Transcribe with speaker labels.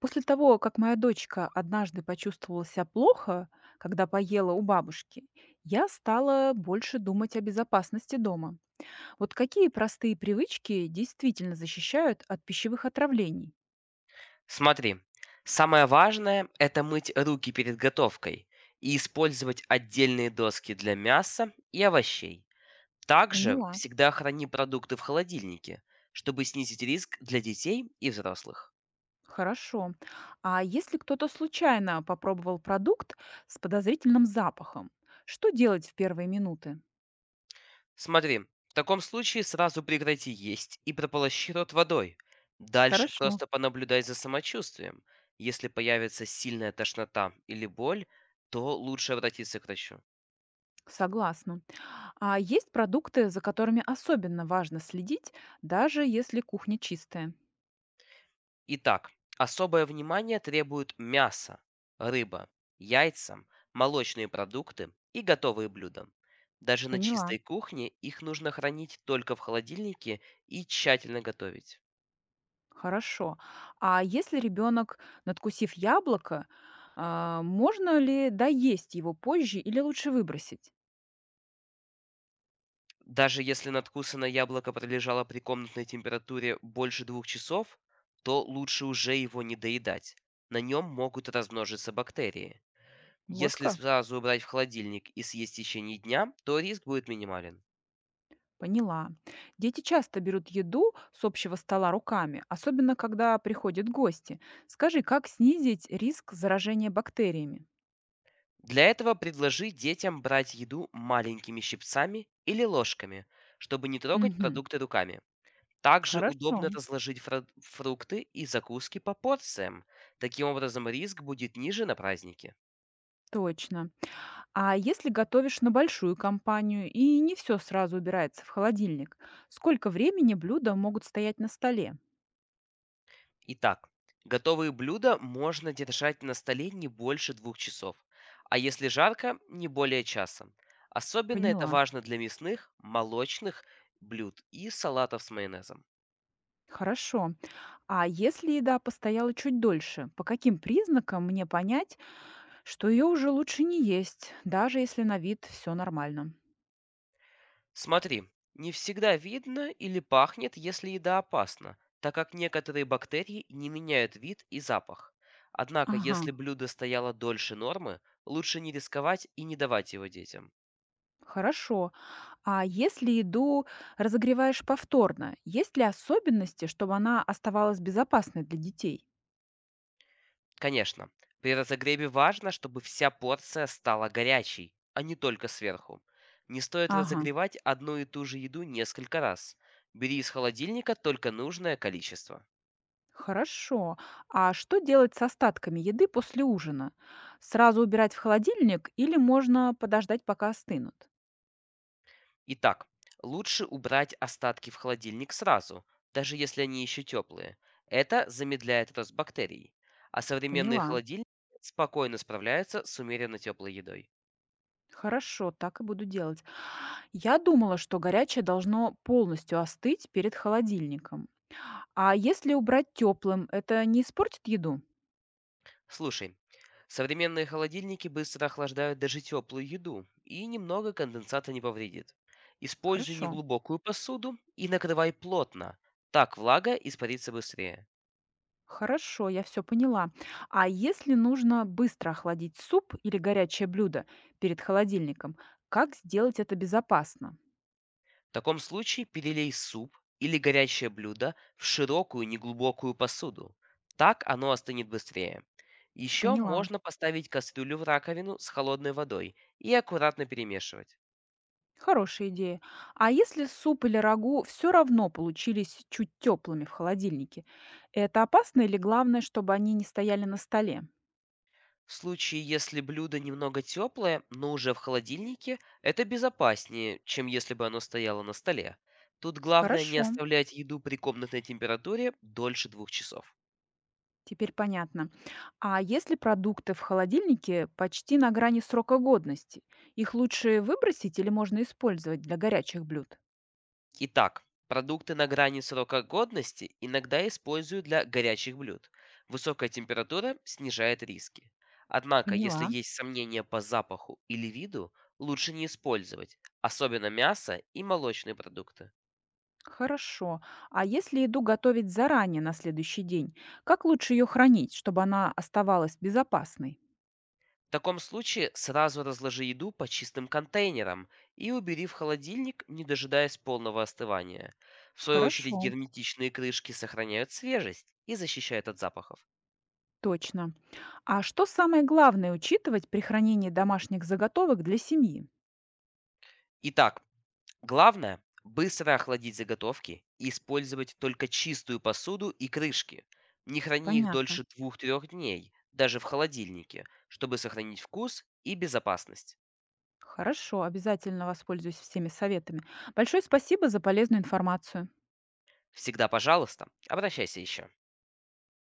Speaker 1: После того, как моя дочка однажды почувствовала себя плохо, когда поела у бабушки, я стала больше думать о безопасности дома. Вот какие простые привычки действительно защищают от пищевых отравлений?
Speaker 2: Смотри, самое важное — это мыть руки перед готовкой и использовать отдельные доски для мяса и овощей. Также
Speaker 1: Поняла.
Speaker 2: всегда храни продукты в холодильнике, чтобы снизить риск для детей и взрослых.
Speaker 1: Хорошо. А если кто-то случайно попробовал продукт с подозрительным запахом, что делать в первые минуты?
Speaker 2: Смотри, в таком случае сразу прекрати есть и прополощи рот водой. Дальше
Speaker 1: Хорошо.
Speaker 2: просто понаблюдай за самочувствием. Если появится сильная тошнота или боль, то лучше обратиться к врачу.
Speaker 1: Согласна. А есть продукты, за которыми особенно важно следить, даже если кухня чистая?
Speaker 2: Итак, особое внимание требуют мясо, рыба, яйца, молочные продукты и готовые блюда. Даже на
Speaker 1: Поняла.
Speaker 2: чистой кухне их нужно хранить только в холодильнике и тщательно готовить.
Speaker 1: Хорошо. А если ребенок, надкусив яблоко, можно ли доесть его позже или лучше выбросить?
Speaker 2: Даже если надкусанное яблоко пролежало при комнатной температуре больше двух часов, то лучше уже его не доедать. На нем могут размножиться бактерии.
Speaker 1: Вот
Speaker 2: Если
Speaker 1: как?
Speaker 2: сразу убрать в холодильник и съесть в течение дня, то риск будет минимален.
Speaker 1: Поняла. Дети часто берут еду с общего стола руками, особенно когда приходят гости. Скажи, как снизить риск заражения бактериями?
Speaker 2: Для этого предложи детям брать еду маленькими щипцами или ложками, чтобы не трогать
Speaker 1: Мгм.
Speaker 2: продукты руками. Также
Speaker 1: Хорошо.
Speaker 2: удобно разложить фрукты и закуски по порциям. Таким образом, риск будет ниже на празднике.
Speaker 1: Точно. А если готовишь на большую компанию и не все сразу убирается в холодильник, сколько времени блюда могут стоять на столе?
Speaker 2: Итак, готовые блюда можно держать на столе не больше двух часов, а если жарко, не более часа. Особенно это
Speaker 1: Поняла.
Speaker 2: важно для мясных, молочных блюд и салатов с майонезом.
Speaker 1: Хорошо. А если еда постояла чуть дольше, по каким признакам мне понять, что ее уже лучше не есть, даже если на вид все нормально?
Speaker 2: Смотри, не всегда видно или пахнет, если еда опасна, так как некоторые бактерии не меняют вид и запах. Однако,
Speaker 1: Ага,
Speaker 2: если блюдо стояло дольше нормы, лучше не рисковать и не давать его детям.
Speaker 1: хорошо. А если еду разогреваешь повторно, есть ли особенности, чтобы она оставалась безопасной для детей?
Speaker 2: Конечно, при разогреве важно, чтобы вся порция стала горячей, а не только сверху. Не стоит
Speaker 1: Ага,
Speaker 2: разогревать одну и ту же еду несколько раз. Бери из холодильника только нужное количество.
Speaker 1: хорошо. А что делать с остатками еды после ужина? Сразу убирать в холодильник или можно подождать, пока остынут?
Speaker 2: Итак, лучше убрать остатки в холодильник сразу, даже если они еще теплые. Это замедляет рост бактерий. А современные
Speaker 1: Поняла.
Speaker 2: холодильники спокойно справляются с умеренно теплой едой.
Speaker 1: Хорошо, так и буду делать. Я думала, что горячее должно полностью остыть перед холодильником. А если убрать теплым, это не испортит еду?
Speaker 2: Слушай, современные холодильники быстро охлаждают даже теплую еду, и немного конденсата не повредит. Используй
Speaker 1: Хорошо.
Speaker 2: неглубокую посуду и накрывай плотно. Так влага испарится быстрее.
Speaker 1: Хорошо, я все поняла. А если нужно быстро охладить суп или горячее блюдо перед холодильником, как сделать это безопасно?
Speaker 2: В таком случае перелей суп или горячее блюдо в широкую неглубокую посуду. Так оно остынет быстрее. Еще
Speaker 1: Поняла.
Speaker 2: можно поставить кастрюлю в раковину с холодной водой и аккуратно перемешивать.
Speaker 1: Хорошая идея. А если суп или рагу все равно получились чуть теплыми в холодильнике, это опасно или главное, чтобы они не стояли на столе?
Speaker 2: В случае, если блюдо немного теплое, но уже в холодильнике, это безопаснее, чем если бы оно стояло на столе. Тут главное не
Speaker 1: Хорошо.
Speaker 2: оставлять еду при комнатной температуре дольше двух часов.
Speaker 1: Теперь понятно. А если продукты в холодильнике почти на грани срока годности, их лучше выбросить или можно использовать для горячих блюд?
Speaker 2: Итак, продукты на грани срока годности иногда используют для горячих блюд. Высокая температура снижает риски. Однако, если
Speaker 1: Поняла.
Speaker 2: есть сомнения по запаху или виду, лучше не использовать, особенно мясо и молочные продукты.
Speaker 1: Хорошо. А если еду готовить заранее на следующий день, как лучше ее хранить, чтобы она оставалась безопасной?
Speaker 2: В таком случае сразу разложи еду по чистым контейнерам и убери в холодильник, не дожидаясь полного остывания. В свою очередь
Speaker 1: Хорошо.
Speaker 2: герметичные крышки сохраняют свежесть и защищают от запахов.
Speaker 1: Точно. А что самое главное учитывать при хранении домашних заготовок для семьи?
Speaker 2: Итак, главное — быстро охладить заготовки и использовать только чистую посуду и крышки. Не храни их
Speaker 1: Понятно.
Speaker 2: дольше двух 3 дней, даже в холодильнике, чтобы сохранить вкус и безопасность.
Speaker 1: Хорошо, обязательно воспользуюсь всеми советами. Большое спасибо за полезную информацию.
Speaker 2: Всегда пожалуйста, обращайся еще.